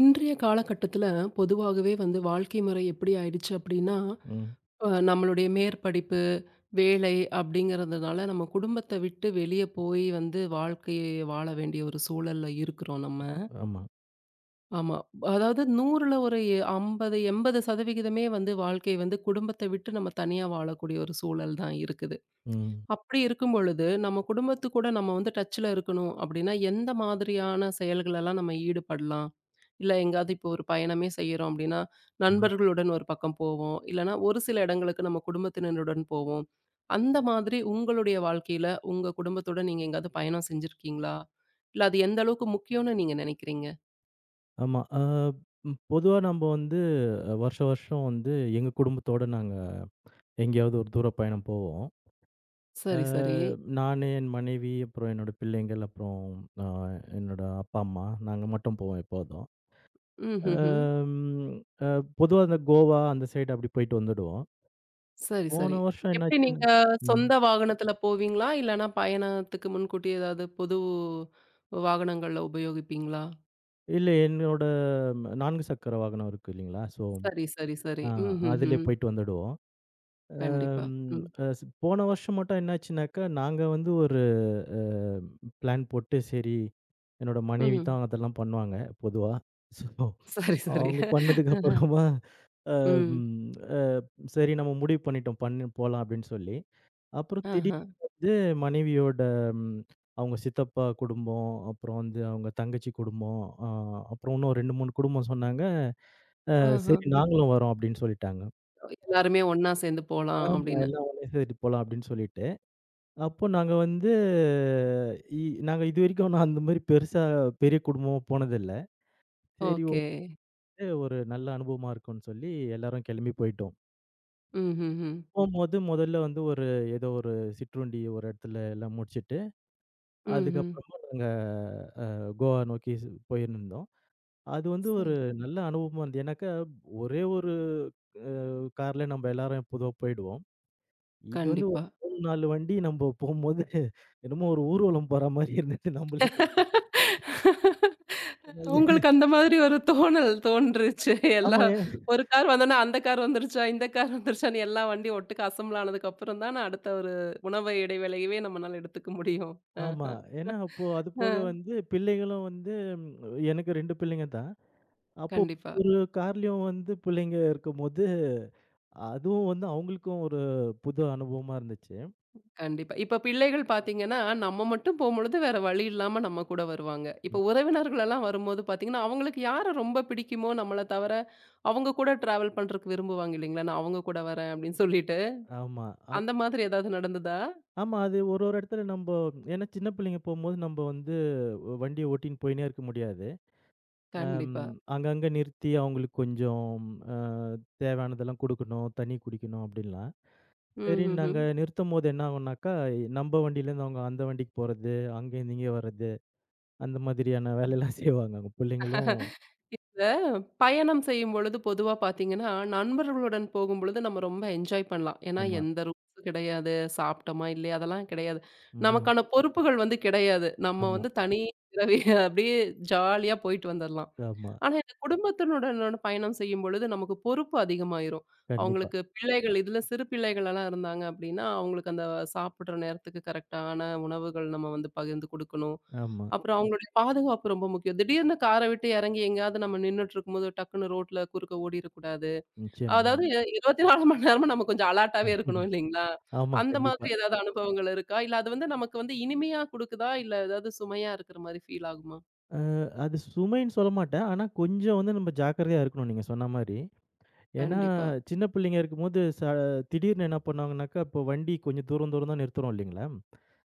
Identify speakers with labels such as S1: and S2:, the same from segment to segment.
S1: இன்றைய காலகட்டத்துல பொதுவாகவே வந்து வாழ்க்கை முறை எப்படி ஆயிடுச்சு அப்படின்னா,
S2: ம்.
S1: நம்மளுடைய மேற்படிப்பு, வேலை அப்படிங்கிறதுனால நம்ம குடும்பத்த விட்டு வெளிய போய் வந்து வாழ்க்கைய வாழ வேண்டிய ஒரு சூழல்ல இருக்கிறோம் நம்ம.
S2: ஆமா.
S1: ஆமா. அதாவது 100ல ஒரு 50, 80% சதவிகிதமே வந்து வாழ்க்கை வந்து குடும்பத்த விட்டு நம்ம தனியா வாழக்கூடிய ஒரு சூழல் தான் இருக்குது.
S2: ம்.
S1: அப்படி இருக்கும் பொழுது, நம்ம குடும்பத்து கூட நம்ம வந்து டச்ல இருக்கணும் அப்படின்னா, எந்த மாதிரியான செயல்களெல்லாம் நம்ம ஈடுபடலாம்? இல்ல எங்கேயாவது இப்போ ஒரு பயணமே செய்றோம் அப்படின்னா,
S2: ம்.
S1: நண்பர்களுடன் ஒரு பக்கம் போவோம். இல்லன்னா ஒரு சில இடங்களுக்கு நம்ம குடும்பத்தினருடன் போவோம். அந்த மாதிரி உங்களுடைய வாழ்க்கையில, உங்க குடும்பத்தோட நீங்க எங்கேயாவது பயணம் செஞ்சிருக்கீங்களா? இல்ல அது எந்த அளவுக்கு முக்கியம்னு நீங்க நினைக்கிறீங்க?
S2: ஆமா. அ ம் பொதுவா நம்ப வந்து வருஷ வருஷம் வந்து எங்க குடும்பத்தோட நாங்க எங்கேயாவது ஒரு தூர பயணம் போவோம். அ
S1: சரி, சரி.
S2: நானு, என் மனைவி, அப்புறம் என்னோட பிள்ளைங்கள், அப்புறம் அ என்னோட அப்பா, அம்மா, நாங்க மட்டும் போவோம் எப்போதும்.
S1: ம்ஹ்ஹ்ம்.
S2: அம் அ பொதுவா இந்த கோவா அந்த சைடு அப்படி போயிட்டு வந்துடுவோம்.
S1: சரி, சரி.
S2: போன வருஷம்
S1: எப்படி
S2: என்னாச்சுன்னு.
S1: நீங்க
S2: ம்.
S1: சொந்த வாகனத்துல போவீங்களா? இல்லன்னா பயணத்துக்கு முன்கூட்டியே ஏதாவது பொது வாகனங்கள்ல உபயோகிப்பீங்களா?
S2: இல்ல, என்னோட 4 சக்கர வாகனம் இருக்கு இல்லைங்களா? ஸோ,
S1: சரி, சரி, சரி.
S2: அ அதிலே
S1: ம்ஹ்ஹ்ம்.
S2: போயிட்டு வந்துடுவோம்.
S1: கண்டிப்பா.
S2: ம்.
S1: ம்.
S2: அ ஸ் போன வருஷம் மட்டும் என்னாச்சுனாக்கா, நாங்க வந்து ஒரு அ பிளான் போட்டு, சரி, என்னோட மனைவி
S1: ம்.
S2: தான் அதெல்லாம் பண்ணுவாங்க பொதுவா. ஸோ
S1: சரி, சரி.
S2: அவங்க பண்ணதுக்கு அப்புறமா, அ
S1: ம்.
S2: ம் அ சரி நம்ம முடிவு பண்ணிட்டோம், பண்ணு போலாம் அப்படின்னு சொல்லி. அப்புறம்
S1: ஆஹா.
S2: திடீர்னு வந்து மனைவியோட, ம் அவங்க சித்தப்பா குடும்பம், அப்புறம் வந்து அவங்க தங்கச்சி குடும்பம், அ அப்புறம் இன்னும் 2, 3 குடும்பம் சொன்னாங்க.
S1: ஆஹா.
S2: சரி நாங்களும் வரோம் அப்படின்னு சொல்லிட்டாங்க.
S1: எல்லாருமே ஒண்ணா சேர்ந்து போலாம்
S2: ஆமா,
S1: அப்படின்னு.
S2: எல்லாம் ஒண்ணே சேரி போலாம் அப்படின்னு சொல்லிட்டு. அப்போ நாங்க வந்து, இ நாங்க இதுவரைக்கும் நான் அந்த மாரி பெருசா பெரிய குடும்பமா போனதில்ல. சரி,
S1: ஓகே.
S2: ஓகே, ஒரு நல்ல அனுபவமா இருக்கும்ன்னு சொல்லி எல்லாரும் கெளம்பி போயிட்டோம்.
S1: ம்ஹ்ஹ்ம்.
S2: போம்போது முதல்ல வந்து ஒரு, ஏதோ ஒரு சிற்றுண்டி ஒரு இடத்துல எல்லாம் முடிச்சுட்டு,
S1: ம்ஹ்ம்.
S2: அதுக்கப்புறமா நாங்க அ கோவா நோக்கி போயிருந்தோம். அது வந்து ஒரு
S1: ச
S2: நல்ல அனுபவமா இருந்தது. ஏன்னாக்கா ஒரே ஒரு அ கார்ல நம்ம எல்லாரும் பொதுவா போயிடுவோம். இது வந்து
S1: கண்டிப்பா.
S2: ஒரு 3, 4 வண்டி நம்ம போம்போது என்னமோ ஒரு ஊர்வலம் போற மாரி இருந்தது நம்மளுக்கு.
S1: உங்களுக்கு அந்த மாதிரி ஒரு தோணல் தோன்றுச்சு. எல்லா
S2: ஆமா.
S1: ஒரு கார் வந்தோனே, அந்த கார் வந்துருச்சா, இந்த கார் வந்துருச்சான்னு எல்லா வண்டியும் ஒட்டுக்கா அசெம்பிள் ஆனதுக்கப்புறம் தான, அடுத்த ஒரு உணவு இடைவேளையவே நம்மனால எடுத்துக்க முடியும்.
S2: ஆமா.
S1: ஆஹா.
S2: ஏன்னா அப்போ அது போக
S1: அ.
S2: வந்து பிள்ளைகளும் வந்து, ம், எனக்கு 2 பிள்ளைங்க தான். அப்போ
S1: கண்டிப்பா,
S2: ஒரு கார்லயும் வந்து பிள்ளைங்க இருக்கும்போது, அதுவும் வந்து அவங்களுக்கும் ஒரு புது அனுபவமா இருந்துச்சு.
S1: கண்டிப்பா. இப்ப பிள்ளைகள் பார்த்தீங்கன்னா, நம்ம மட்டும் போம்பொழுது வேற வழி இல்லாம நம்ம கூட வருவாங்க. இப்ப உறவினர்கள் எல்லாம் வரும்போது பார்த்தீங்கன்னா, அவங்களுக்கு யார ரொம்ப பிடிக்குமோ நம்மள தவிர, அவங்க கூட டிராவல் பண்றதுக்கு விரும்புவாங்க இல்லைங்களா? நான் அவங்க கூட வரேன் அப்படின்னு சொல்லிட்டு.
S2: ஆமா. அப்
S1: அந்த மாதிரி ஏதாவது நடந்ததா?
S2: ஆமா. அது ஒரு ஒரு இடத்துல நம்ப. ஏன்னா சின்ன பிள்ளைங்க போம்போது நம்ப வந்து வண்டிய ஓட்டின்னு போயின்னே இருக்க முடியாது. அம்
S1: கண்டிப்பா.
S2: அங்கங்க நிறுத்தி அவங்களுக்கு கொஞ்சம் அ தேவையானதெல்லாம் குடுக்கணும், தண்ணி குடிக்கணும் அப்படின்லாம். சரின்னு
S1: ம்ஹ்ஹ்ம்.
S2: நாங்க நிறுத்தம்போது என்ன ஆகும்னாக்கா, நம்ப வண்டியிலேருந்து அவங்க அந்த வண்டிக்கு போறது, அங்கேருந்து இங்க வர்றது, அந்த மாதிரியான வேலையெல்லாம் செய்வாங்க. அங்க பிள்ளைங்களும்.
S1: இந்த பயணம் செய்யும்பொழுது பொதுவா பார்த்தீங்கன்னா, நண்பர்களுடன் போகும்பொழுது நம்ம ரொம்ப என்ஜாய் பண்ணலாம். ஏன்னா
S2: ஆமா.
S1: எந்த ரூல்ஸும் கிடையாது. சாப்பிட்டோமா இல்லையா அதெல்லாம் கிடையாது.
S2: ம்.
S1: நமக்கான பொறுப்புகள் வந்து கிடையாது. நம்ம
S2: ஆமா,
S1: வந்து தனி பிறவி அப்படியே ஜாலியா போயிட்டு வந்துரலாம்.
S2: ஆமா.
S1: ஆனா, இந்த குடும்பத்தினுடனான பயணம் செய்யும்பொழுது நமக்கு பொறுப்பு அதிகமாயிரும்.
S2: கண்டிப்பா.
S1: அவங்களுக்கு பிள்ளைகள் இதுல சிறு பிள்ளைகளெல்லாம் இருந்தாங்க அப்படின்னா, அவங்களுக்கு அந்த சாப்பிடுற நேரத்துக்கு கரெக்ட்டான உணவுகள் நம்ம வந்து பகிர்ந்து குடுக்கணும்.
S2: ஆமா.
S1: அப்புறம் அவங்களுடைய பாதுகாப்பு ரொம்ப முக்கியம். திடீர்னு கார விட்டு இறங்கி எங்கேயாவது நம்ம நின்னுட்டு இருக்கும்போது டக்குனு ரோட்ல குறுக்க ஓடிறக்கூடாது.
S2: நிச்சயமா.
S1: அதாவது 24 மணி நேரமும் நம்ம கொஞ்சம் அலர்ட்டாவே இருக்கணும் இல்லைங்களா?
S2: ஆமா,
S1: அந்த
S2: கண்டிப்பா.
S1: மாதிரி ஏதாவது அனுபவங்கள் இருக்கா? இல்ல அது வந்து நமக்கு வந்து இனிமையா குடுக்குதா? இல்ல ஏதாவது சுமையா இருக்கிற மாரி ஃபீல் ஆகுமா?
S2: அது சுமைன்னு சொல்ல மாட்டேன். ஆனா, கொஞ்சம் வந்து நம்ம ஜாக்கிரதையா இருக்கணும் நீங்க சொன்ன மாரி. ஏன்னா,
S1: கண்டிப்பா.
S2: சின்ன பிள்ளைங்க இருக்கும்போது திடீர்னு என்ன பண்ணுவாங்கனாக்கா, இப்போ வண்டி கொஞ்சம் தூரம் தூரம் தான் நிறுத்துறோம் இல்லைங்களா?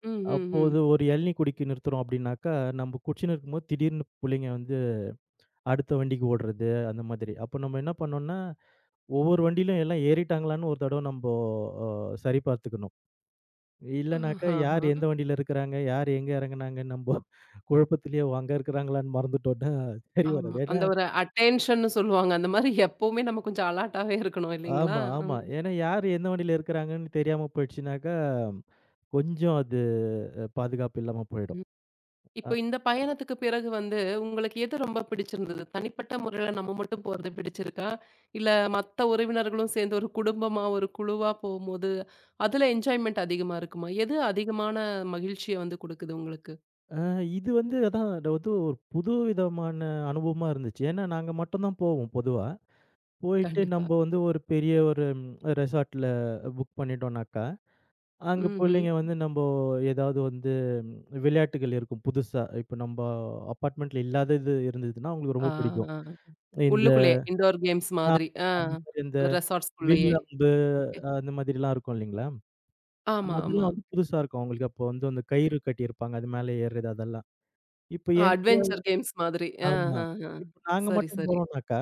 S1: ம், ம், ம்.
S2: அப்போது ஒரு இளநீ குடிக்க நிறுத்துறோம் அப்படின்னாக்கா, நம்ம குடிச்சுன்னு இருக்கும்போது திடீர்னு புள்ளைங்க வந்து அடுத்த வண்டிக்கு ஓடுறது, அந்த மாதிரி. அப்போ நம்ம என்ன பண்ணோம்னா, ஒவ்வொரு வண்டியிலும் எல்லாம் ஏறிட்டாங்களான்னு ஒரு தடவ நம்போ அ சரி பார்த்துக்கணும். இல்லனாக்கா,
S1: ஆஹஹா.
S2: யார் எந்த வண்டியில இருக்கிறாங்க, யார் எங்க இறங்குனாங்கன்னு நம்போ குழப்பத்திலேயே அங்க இருக்கிறாங்களான்னு மறந்துட்டோம்ன்னா, சரி
S1: ஆமா.
S2: வராது. ஏன்னா,
S1: அந்த ஒரு அட்டென்ஷன்னு சொல்லுவாங்க. அந்த மாரி எப்பவுமே நம்ம கொஞ்சம் அலர்ட்டாவே இருக்கணும் இல்லைங்களா?
S2: ஆமா, ஆமா.
S1: ம்,
S2: ஏன்னா யார் எந்த வண்டியில இருக்கிறாங்கன்னு தெரியாம போயிடுச்சுனாக்கா, கொஞ்சம் அது, பாதுகாப்பு இல்லாம போயிடும்.
S1: ம்.
S2: அ
S1: இப்போ இந்த பயணத்துக்கு பிறகு வந்து உங்களுக்கு எது ரொம்ப பிடிச்சிருந்தது? தனிப்பட்ட முறையில நம்ம மட்டும் போறது பிடிச்சிருக்கா? இல்ல மத்த உறவினர்களும் சேர்ந்து ஒரு குடும்பமா, ஒரு குழுவா போம்போது, அதுல என்ஜாய்மென்ட் அதிகமா இருக்குமா? எது அதிகமான மகிழ்ச்சிய வந்து குடுக்குது உங்களுக்கு?
S2: இது வந்து அதான், அது வந்து ஒரு புது விதமான அனுபவமா இருந்துச்சு. ஏன்னா நாங்க மட்டும் தான் போவோம் பொதுவா. போயிட்டு
S1: கண்டிப்பா.
S2: நம்ப வந்து ஒரு பெரிய ஒரு ரெசார்ட்ல புக் பண்ணிட்டோம்னாக்கா, அங்க
S1: ம்ஹ்ம்.
S2: பிள்ளைங்க வந்து நம்போ ஏதாவது வந்து, ம், விளையாட்டுகள் இருக்கும் புதுசா. இப்ப நம்ப அபார்ட்மெண்ட்ல இல்லாதது இருந்ததுன்னா, அவங்களுக்கு
S1: ஆ,
S2: ரொம்ப பிடிக்கும்.
S1: ஆ.
S2: இந்த
S1: உள்ளுக்குள்ளயே இன்டோர் கேம்ஸ்
S2: ஆ
S1: மாதிரி. ஆ.
S2: அந்த மாரி இந்த
S1: அந்த
S2: வில்
S1: ரெசார்ட்ஸ்குள்ளயே.
S2: அம்பு,
S1: ஓகே.
S2: அந்த மாதிரிலாம் இருக்கும் இல்லைங்களா?
S1: ஆமா, ஆமா.
S2: அதெல்லாம் வந்து புதுசா இருக்கும் அவங்களுக்கு. அப்போ வந்து அந்த கயிறு கட்டியிருப்பாங்க. அது மேல ஏறுறது அதெல்லாம். இப்ப என் கூட.
S1: அட்வென்ச்சர் கேம்ஸ் மாதிரி. அ,
S2: ஆமா.
S1: அ, அ.
S2: இப்ப நாங்க
S1: சரி,
S2: மட்டும்
S1: சரி.
S2: போறோம்னாக்கா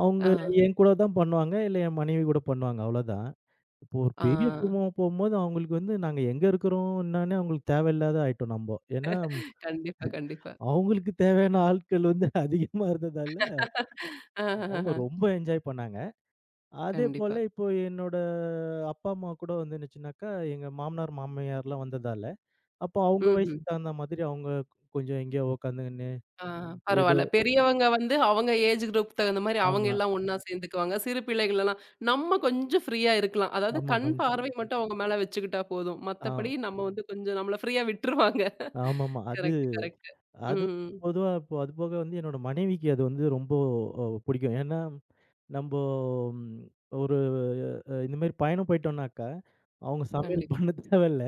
S2: அவங்க
S1: ஆ,
S2: என் கூட தான் பண்ணுவாங்க. இல்ல என் மனைவி கூட பண்ணுவாங்க. அவ்வளோதான். இப்போ ஒரு
S1: ஆ.
S2: பெரிய குடும்பமா போம்போது அவங்களுக்கு வந்து நாங்க எங்க இருக்கிறோம் என்னான்னே அவங்களுக்கு தேவையில்லாத ஆயிட்டோம் நம்ப. ஏன்னா
S1: கண்டிப்பா, கண்டிப்பா.
S2: அவங்களுக்கு தேவையான ஆட்கள் வந்து அதிகமா இருந்ததால, அவங்க
S1: ஆஹஹஹ.
S2: ரொம்ப என்ஜாய் பண்ணாங்க.
S1: கண்டிப்பா.
S2: அதேபோல இப்போ என்னோட அப்பா, அம்மா கூட வந்து என்னச்சுனாக்கா, எங்க மாமனார், மாமியார்லாம் வந்ததால, அப்போ அவங்க
S1: ம்ஹ்ம்.
S2: வயசுக்கு தகுந்த மாதிரி அவங்க கொஞ்சம் எங்கேயோ உட்காந்துக்கின்னு
S1: ஆ
S2: ஏதோ
S1: பரவால்ல. பெரியவங்க வந்து அவங்க ஏஜ் குரூப் தகுந்த மாரி அவங்க
S2: ஆமா,
S1: எல்லாம் ஒண்ணா சேர்ந்துக்குவாங்க. சிறு பிள்ளைகள் எல்லாம் நம்ம கொஞ்சம் ஃப்ரீயா இருக்கலாம். அதாவது
S2: ஆமா.
S1: கண்
S2: கண்டிப்பா.
S1: பார்வை மட்டும் அவங்க மேல வச்சுக்கிட்டா போதும்.
S2: ஆ
S1: மத்தபடி நம்ம வந்து கொஞ்சம் நம்மள ஃப்ரீயா விட்டுருவாங்க.
S2: ஆமாமா. அது,
S1: கரெக்ட், கரெக்ட்.
S2: அது
S1: ம்.
S2: பொதுவா இப்போ அது போக வந்து என்னோட மனைவிக்கு அது வந்து ரொம்ப பிடிக்கும். ஏன்னா, நம்போ, ம் ஒரு, இந்த மாரி பயணம் போயிட்டோம்னாக்கா, அவங்க சமையல் பண்ண
S1: கண்டிப்பா.
S2: தேவையில்ல.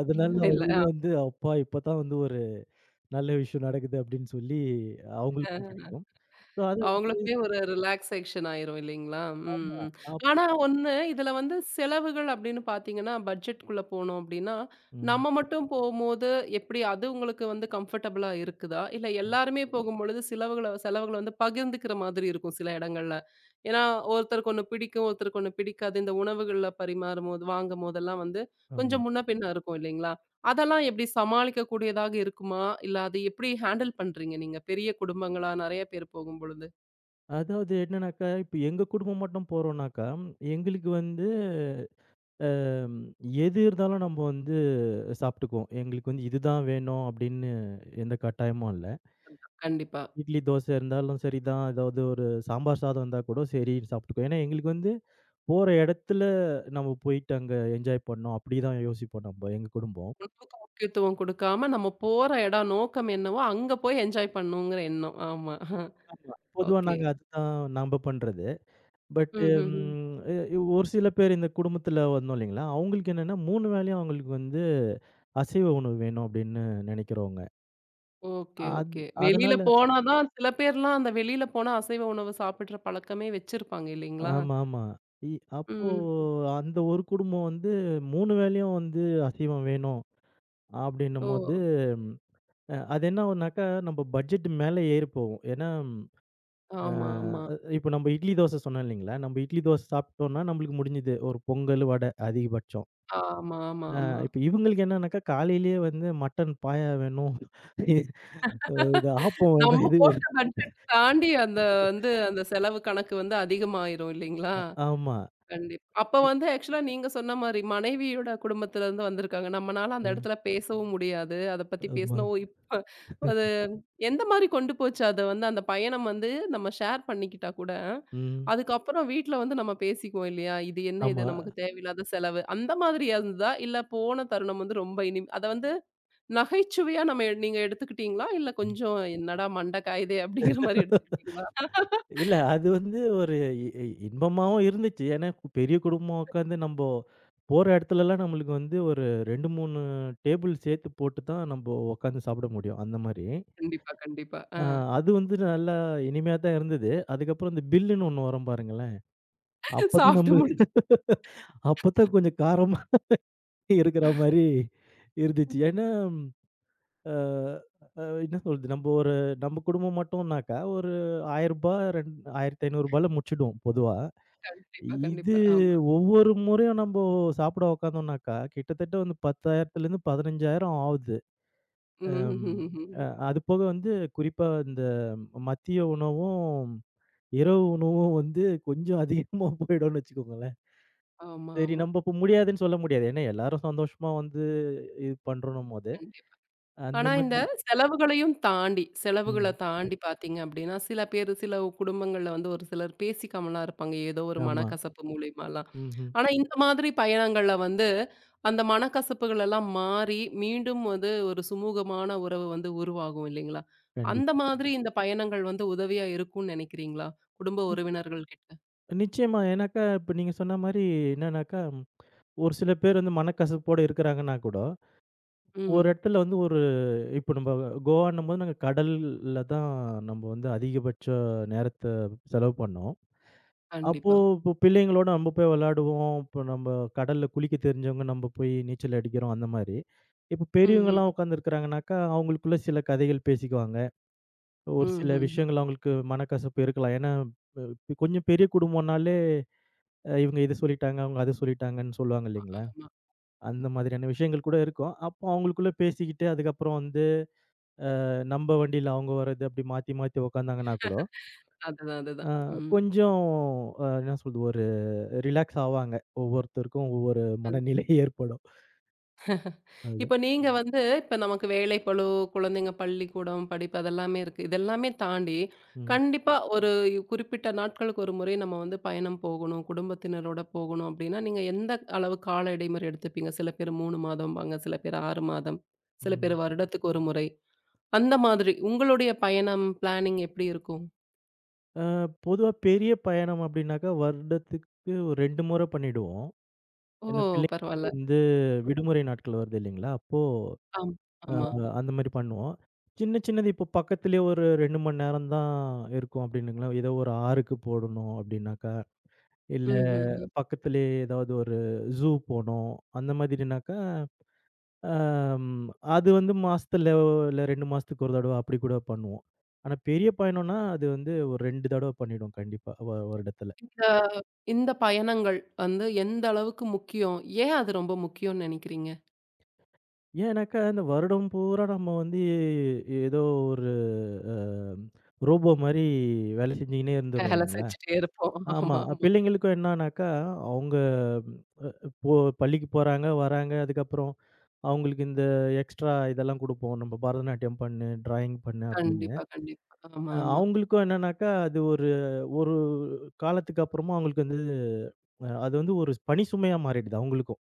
S2: அதனால
S1: இல்ல.
S2: அவங்களும் வந்து, "அப்பா! இப்பதான் வந்து ஒரு நல்ல விஷயம் நடக்குது" அப்படின்னு சொல்லி அவங்களுக்கும்
S1: அ.
S2: பிடிக்கும். ஸோ அதான்
S1: அவங்களுக்குமே ஒரு ரிலாக்சேஷன் ஆயிரும் இல்லைங்களா? ம்,
S2: ஆமா.
S1: ம்.
S2: ஆப்
S1: ஆனா ஒண்ணு, இதுல வந்து செலவுகள் அப்படின்னு பார்த்தீங்கன்னா, பட்ஜெட்குள்ள போனோம் அப்படின்னா,
S2: ம்.
S1: நம்ம மட்டும் போம்போது எப்படி அது உங்களுக்கு வந்து கம்ஃபர்டபுளா இருக்குதா? இல்ல
S2: ம்.
S1: எல்லாருமே போகும்பொழுது செலவுகள செலவுகள வந்து பகிர்ந்துக்கிற மாதிரி இருக்கும் சில இடங்கள்ல. ஏன்னா, ஒருத்தருக்கு ஒண்ணு பிடிக்கும், ஒருத்தருக்கு ஒண்ணு பிடிக்காது. இந்த உணவுகள்ல பரிமாறும்போது வாங்கும்போதெல்லாம் வந்து
S2: ஆமா.
S1: கொஞ்சம் முன்ன பின்ன இருக்கும் இல்லைங்களா? அதெல்லாம் எப்படி சமாளிக்கக்கூடியதாக இருக்குமா? இல்ல அது எப்படி ஹேண்டில் பண்றீங்க நீங்க? பெரிய குடும்பங்களா நெறைய பேர் போகும்பொழுது?
S2: அதாவது என்னன்னாக்கா, இப்ப எங்க குடும்பம் மட்டும் போறோம்னாக்கா, எங்களுக்கு வந்து, அ எது இருந்தாலும் நம்ப வந்து சாப்பிட்டுக்குவோம். எங்களுக்கு வந்து இதுதான் வேணும் அப்படின்னு எந்த கட்டாயமும் இல்ல.
S1: கண்டிப்பா.
S2: இட்லி, தோசை இருந்தாலும் சரிதான். ஏதாவது ஒரு சாம்பார் சாதம் இருந்தா கூட சரின்னு சாப்பிட்டுக்குவோம். ஏன்னா எங்களுக்கு வந்து போற இடத்துல நம்ம போயிட்டு அங்க என்ஜாய் பண்ணணும். அப்படிதான் யோசிப்போம் நம்ம எங்க குடும்பம்.
S1: உணவுக்கு முக்கியத்துவம் குடுக்காம, நம்ம போற இடம் நோக்கம் என்னவோ, அங்க போய் என்ஜாய் பண்ணுங்கிற எண்ணம். ஆமா.
S2: ஆமா. பொதுவா
S1: ஓகே.
S2: நாங்க அதுதான் நம்ப பண்றது. பட்
S1: ம்ஹ்ஹ்ம்.
S2: ம் இ ஒரு சில பேர் இந்த குடும்பத்துல வந்தோம் இல்லைங்களா, அவங்களுக்கு என்னன்னா 3 வேளையும் அவங்களுக்கு வந்து அசைவ உணவு வேணும் அப்படின்னு நினைக்கிறவங்க.
S1: ஓகே,
S2: அத்
S1: ஓகே. வெளியில
S2: அதனால.
S1: போனா தான் சில பேர்லாம் அந்த வெளியில போனா அசைவ உணவு சாப்பிடுற பழக்கமே வச்சிருப்பாங்க இல்லைங்களா?
S2: ஆமாமா. இ அப்போ
S1: ம்.
S2: அந்த ஒரு குடும்பம் வந்து 3 வேளையும் வந்து அசைவம் வேணும்
S1: ஓ!
S2: அப்படின்னும்போது, அது என்ன ஆகும்னாக்கா, நம்ம பட்ஜெட் மேல ஏறி போகும். ஏன்னா, அ
S1: ஆமா, ஆமா.
S2: இப்ப நம்ம இட்லி, தோசை சொன்னேன் இல்லைங்களா? நம்ம இட்லி, தோசை சாப்பிட்டோம்னா நம்மளுக்கு முடிஞ்சுது. ஒரு பொங்கல், வடை அதிகபட்சம்.
S1: ஆமா, ஆமா,
S2: அ
S1: ஆமா.
S2: இப்ப இவங்களுக்கு என்னன்னாக்கா, காலையிலேயே வந்து மட்டன் பாயா வேணும். இ- இது ஆப்பம்
S1: நம்ம
S2: வேணும். இது
S1: போட்ட
S2: வேணும்.
S1: பட்ஜெட் தாண்டி அந்த வந்து அந்த செலவு கணக்கு வந்து அதிகமாயிரும் இல்லைங்களா?
S2: ஆமா.
S1: கண்டிப்பா. அப்ப வந்து ஆக்சுவலா நீங்க சொன்ன மாரி மனைவியோட குடும்பத்துல இருந்து வந்திருக்காங்க. நம்மனால அந்த
S2: ம்.
S1: இடத்துல பேசவும் முடியாது. அத பத்தி
S2: ஆமா.
S1: பேசினா, ஓ! இப்ப அது எந்த மாரி கொண்டு போச்சு? அத வந்து அந்த பயணம் வந்து நம்ம ஷேர் பண்ணிக்கிட்டா கூட,
S2: ம்.
S1: அதுக்கப்புறம் வீட்ல வந்து நம்ம பேசிக்குவோம் இல்லையா? இது என்ன இது
S2: ஆமா.
S1: நமக்கு தேவையில்லாத செலவு. அந்த மாதிரியா இருந்ததா? இல்ல போன தருணம் வந்து ரொம்ப இனி அத வந்து நகைச்சுவையா நம்ம நீங்க எடுத்துக்கிட்டீங்களா? இல்ல கொஞ்சம் என்னடா மண்டை காயுதே அப்படிங்கிற மாரி எடுத்துக்கிட்டீங்களா?
S2: இல்ல. அது வந்து ஒரு இ இ இன்பமாவும் இருந்துச்சு. ஏன்னா பெரிய குடும்பமா உட்காந்து நம்போ போற இடத்துலலாம் நம்மளுக்கு வந்து ஒரு 2, 3 டேபிள் சேர்த்து போட்டு தான் நம்ப உட்காந்து சாப்பிட முடியும். அந்த மாரி.
S1: கண்டிப்பா, கண்டிப்பா. ஆ.
S2: அ அது வந்து நல்லா இனிமையா தான் இருந்தது. அதுக்கப்புறம் இந்த பில்லுன்னு ஒண்ணு வரும் பாருங்களேன். அப்பதான்
S1: சாப்பிட்டு
S2: நம்ம
S1: முடிச்சு
S2: அப்பதான் கொஞ்சம் காரமா இருக்கிற மாரி இருந்துச்சு. ஏன்னா அ அ என்ன சொல்றது? நம்ப குடும்பம் மட்டும்னாக்கா ஒரு ரூ. 1000 ரூ. 1500ல முடிச்சுடுவோம் பொதுவா.
S1: கண்டிப்பா,
S2: இது
S1: கண்டிப்பா. ஆமா.
S2: ஒவ்வொரு முறையும் நம்போ சாப்பிட உட்காந்தோம்னாக்கா, கிட்டத்தட்ட வந்து 10,000லேருந்து 15,000 ஆவுது. அம்
S1: ம்ஹ்ஹ்ஹ்ம்.
S2: அ அது போக வந்து குறிப்பா இந்த மதிய உணவும், இரவு உணவும் வந்து கொஞ்சம் அதிகமா போயிடும்னு வச்சுக்கோங்களேன்.
S1: ஆமா,
S2: சரி,
S1: ஆமா.
S2: நம்ப இப்ப முடியாதுன்னு சொல்ல முடியாது. ஏன்னா எல்லாரும் சந்தோஷமா வந்து இது பண்றோன்னும்போது,
S1: கண்டிப்பா.
S2: அந்த
S1: ஆனா இந்த
S2: மாதிரி.
S1: செலவுகளையும் தாண்டி, செலவுகள
S2: ம்.
S1: தாண்டி பார்த்தீங்க அப்டின்னா, சில பேரு சில குடும்பங்கள்ல வந்து ஒரு சிலர் பேசிக்காமலாம் இருப்பாங்க. ஏதோ ஒரு
S2: ஆமா.
S1: மனக்கசப்பு மூலியமாலாம்.
S2: ம்ஹ்ம்.
S1: ஆனா இந்த மாதிரி பயணங்கள்ல வந்து, அந்த மனக்கசப்புகள் எல்லாம் மாறி, மீண்டும் வந்து ஒரு சுமூகமான உறவு வந்து உருவாகும் இல்லைங்களா? அந்த
S2: கண்டிப்பா.
S1: மாதிரி இந்த பயணங்கள் வந்து உதவியா இருக்கும்னு நெனைக்கிறீங்களா? குடும்ப
S2: ம்.
S1: உறவினர்கள் கிட்ட?
S2: நிச்சயமா. ஏன்னாக்கா இப்ப நீங்க சொன்ன மாரி என்னன்னாக்கா, ஒரு சில பேர் வந்து மனக்கசப்போட இருக்கிறாங்கன்னா கூட, ஒரு
S1: ம்.
S2: இடத்துல வந்து ஒரு இப்போ நம்ப கோவான்னும்போது நாங்க கடல்ல தான் நம்ம வந்து அதிகபட்ச நேரத்த செலவு பண்ணோம். அப்போ
S1: கண்டிப்பா.
S2: இப்போ பிள்ளைங்களோட நம்ம போய் விளையாடுவோம். இப்போ நம்ம கடல்ல குளிக்க தெரிஞ்சவங்க நம்ம போய் நீச்சல் அடிக்கிறோம் அந்த மாரி. இப்போ
S1: ம்ஹ்ஹ்ம்.
S2: பெரியவங்கலாம் உட்காந்துருக்கிறாங்கனாக்கா, அவங்களுக்குள்ள சில கதைகள் பேசிக்குவாங்க. ஒரு சில
S1: ம்ஹ்ஹ்ம்.
S2: விஷயங்கள் அவங்களுக்கு மனக்கசப்பு இருக்கலாம். ஏன்னா இப்ப கொஞ்சம் பெரிய குடும்பம்னாலே இவங்க இத சொல்லிட்டாங்க, அவங்க அத சொல்லிட்டாங்கன்னு சொல்லுவாங்க இல்லைங்களா?
S1: ஆமா.
S2: அந்த மாதிரியான விஷயங்கள் கூட இருக்கும். அப்போ அவங்களுக்குள்ள பேசிக்கிட்டு அதுக்கப்புறம் வந்து நம்ம வண்டியில அவங்க வர்றது அப்படி மாத்தி மாத்தி உக்காந்தாங்கன்னா கூட,
S1: அதுதான்,
S2: அ
S1: அதுதான். ம்.
S2: கொஞ்சம், என்ன சொல்றது, ஒரு ரிலாக்ஸ் ஆவாங்க. ஒவ்வொருத்தருக்கும் ஒவ்வொரு மனநிலை ஏற்படும்.
S1: இப்ப
S2: அதுதான்.
S1: நீங்க வந்து இப்ப நமக்கு வேலைப்பளு, குழந்தைங்க பள்ளிக்கூடம், படிப்பு அதெல்லாமே இருக்கு. இதெல்லாமே தாண்டி,
S2: ம்.
S1: கண்டிப்பா ஒரு குறிப்பிட்ட நாட்களுக்கு ஒரு முறை நம்ம வந்து பயணம் போகணும். குடும்பத்தினரோட போகணும் அப்படின்னா, நீங்க எந்த அளவு கால இடைமுறை எடுத்துப்பீங்க? சில பேர் 3 மாதம்பாங்க, சில பேர் 6 மாதம், சில பேர்
S2: ம்.
S1: வருடத்துக்கு ஒரு முறை. அந்த மாதிரி உங்களுடைய பயணம் பிளானிங் எப்படி இருக்கும்?
S2: அ பொதுவா பெரிய பயணம் அப்படின்னாக்கா வருடத்துக்கு ஒரு 2 முறை பண்ணிடுவோம்.
S1: ஓ!
S2: ஏன்னா
S1: பரவால்ல.
S2: பிள்ளைங்களுக்கு வந்து விடுமுறை நாட்கள் வருது இல்லைங்களா? அப்போ
S1: ஆம்,
S2: அ
S1: ஆமா.
S2: அந்த மாரி பண்ணுவோம். சின்ன சின்னது இப்போ பக்கத்திலேயே ஒரு 2 மணி நேரம் தான் இருக்கும் அப்படின்னுங்களேன். ஏதோ ஒரு ஆறுக்கு போடணும் அப்படின்னாக்கா, இல்ல
S1: ம்ஹ்ஹ்ம்.
S2: பக்கத்திலேயே ஏதாவது ஒரு ஜூ போனோம். அந்த மாதிரினாக்கா, அம் அது வந்து மாசத்துல, இல்ல 2 மாசத்துக்கு ஒரு தடவ அப்படி கூட பண்ணுவோம். ஆனா பெரிய பயணம்னா, அது வந்து ஒரு 2 தடவ பண்ணிடுவோம் கண்டிப்பா வருடத்துல.
S1: இந்த இந்த பயணங்கள் வந்து எந்த அளவுக்கு முக்கியம்? ஏன் அது ரொம்ப முக்கியம்னு நெனைக்கிறீங்க?
S2: ஏன்னாக்கா, இந்த வருடம் பூரா நம்ம வந்து ஏதோ ஒரு அ ரோபோ மாரி வேலை செஞ்சுக்கினே இருந்துர்றோம்
S1: வேலை
S2: இல்லைங்களா?
S1: செஞ்சுட்டே இருப்போம்.
S2: ஆமா.
S1: ஆமா, ஆமா.
S2: பிள்ளைங்களுக்கும் என்னானாக்கா, அவங்க இப்போ பள்ளிக்கு போறாங்க, வராங்க. அதுக்கப்புறம் அவங்களுக்கு இந்த எக்ஸ்ட்ரா இதெல்லாம் குடுப்போம். நம்ம பரதநாட்டியம் பண்ணு, ட்ராயிங் பண்ணு அப்படின்னு.
S1: கண்டிப்பா, கண்டிப்பா. ஆமா, ஆமா.
S2: அவங்களுக்கும் என்னன்னாக்கா, அது ஒரு ஒரு காலத்துக்கு அப்புறமா அவங்களுக்கு வந்து, அது வந்து ஒரு பணி சுமையா மாறிடுது அவங்களுக்கும்.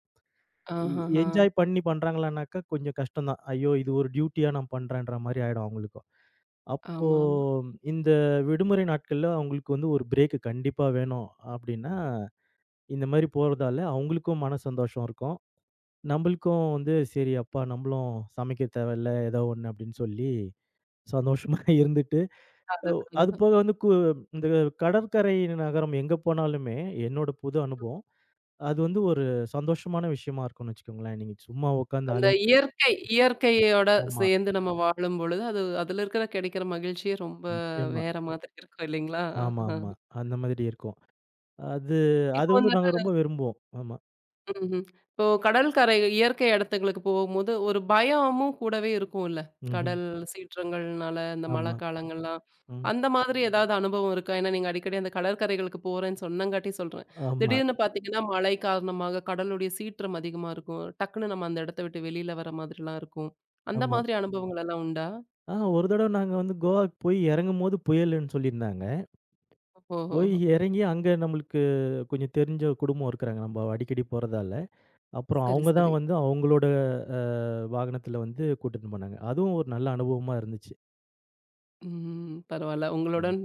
S2: எ
S1: ஆஹஹா.
S2: என்ஜாய் பண்ணி பண்றாங்களான்னாக்கா கொஞ்சம் கஷ்டம் தான். ஐயோ! இது ஒரு டியூட்டியா நான் பண்றேன்ற மாரி ஆயிடும் அவங்களுக்கும். அப்போ
S1: ஆமா, ஆமா.
S2: இந்த விடுமுறை நாட்கள்ல அவங்களுக்கு வந்து ஒரு பிரேக் கண்டிப்பா வேணும் அப்படின்னா, இந்த மாரி போறதால அவங்களுக்கும் மன சந்தோஷம் இருக்கும். நம்பளுக்கும் வந்து, "சரி அப்பா! நம்பளும் சமைக்க தேவையில்ல, ஏதோ ஒண்ணு" அப்படின்னு சொல்லி சந்தோஷமா இருந்துட்டு, அ
S1: அதுதான்,
S2: அது
S1: அதுதான்.
S2: போக வந்து இந்த கடற்கரை நகரம் எங்க போனாலுமே, என்னோட புது அனுபவம். அது வந்து ஒரு சந்தோஷமான விஷயமா இருக்கும்னு வச்சுக்கோங்களேன். நீங்க சும்மா உட்காந்து
S1: அந்த இயற்கை இயற்கையோட
S2: ஆமா,
S1: சேர்ந்து நம்ம வாழும்பொழுது, அது அதில இருக்கிற கிடைக்கிற மகிழ்ச்சியே ரொம்ப
S2: நிச்சயமா.
S1: வேற மாதிரி இருக்கும் இல்லைங்களா?
S2: ஆமா,
S1: ஆஹ.
S2: ஆமா. அந்த மாதிரி இருக்கும். அது, அது
S1: இப்போ
S2: வந்து நாங்க ரொம்ப விரும்புவோம். ஆமா.
S1: ம்ஹ்ம். இப்போ கடல் கரை இயற்கை இடத்துங்களுக்கு போகும்போது, ஒரு பயமும் கூடவே இருக்கும்ல.
S2: ம்ஹ்ம்.
S1: கடல் சீற்றங்கள்னால, இந்த மழை
S2: ஆமா.
S1: காலங்கள்லாம்.
S2: ம்.
S1: அந்த மாதிரி ஏதாவது அனுபவம் இருக்கா? ஏன்னா நீங்க அடிக்கடி அந்த கடற்கரைகளுக்கு போறேன்னு சொன்னங்காட்டி சொல்றேன்.
S2: ஆமா,
S1: திடீர்னு பார்த்தீங்கன்னா, மழை காரணமாக கடலுடைய சீற்றம் அதிகமா இருக்கும். டக்குன்னு நம்ம அந்த இடத்த விட்டு வெளியில வர மாதிரிலாம் இருக்கும். அந்த
S2: ஆமா.
S1: மாதிரி அனுபவங்கள் எல்லாம் உண்டா?
S2: ஒரு தடவ நாங்க வந்து கோவாக்கு போய் இறங்கும்போது புயலுன்னு சொல்லியிருந்தாங்க.
S1: ஓஹோஹோ!
S2: போய் இறங்கி அங்க நம்மளுக்கு கொஞ்சம் தெரிஞ்ச குடும்பம் இருக்கிறாங்க. நம்ம அடிக்கடி போறதால. அப்புறம்
S1: சரி,
S2: அவங்க
S1: சரி.
S2: தான் வந்து அவங்களோட அ வாகனத்துல வந்து கூட்டிட்டு போனாங்க. அதுவும் ஒரு நல்ல அனுபவமா இருந்துச்சு.
S1: ம். பரவால்ல.
S2: ம்.
S1: உங்களுடன்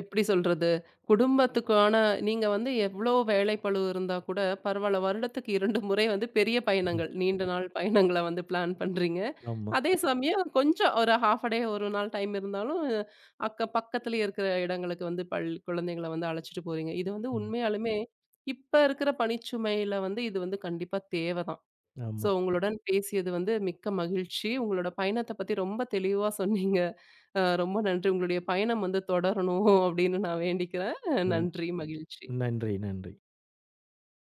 S1: எப்படி சொல்றது? குடும்பத்துக்கான நீங்க வந்து எவ்ளோ வேலைப்பளு இருந்தா கூட பரவால்ல. வருடத்துக்கு 2 முறை வந்து பெரிய
S2: ம்.
S1: பயணங்கள், நீண்ட நாள் பயணங்கள வந்து பிளான் பண்றீங்க.
S2: ஆமா.
S1: அதே சமயம் கொஞ்சம் ஒரு 1/2 டே, 1 நாள் டைம் இருந்தாலும், அக்க பக்கத்திலேயே இருக்கிற இடங்களுக்கு வந்து பள் குழந்தைங்கள வந்து அழைச்சிட்டு போறீங்க. இது வந்து
S2: ம்.
S1: உண்மையாலுமே இப்ப இருக்கிற பணிச்சுமையில வந்து இது வந்து கண்டிப்பா தேவ தான். ஸோ
S2: ஆமா.
S1: உங்களுடன் பேசியது வந்து மிக்க மகிழ்ச்சி. உங்களோட பயணத்த பத்தி ரொம்ப தெளிவா சொன்னீங்க. ரொம்ப நன்றி. உங்களுடைய பயணம் வந்து தொடரணும் அப்படின்னு நான் வேண்டிக்கிறேன்.
S2: நன்
S1: நன்றி, மகிழ்ச்சி.
S2: நன்றி, நன்றி.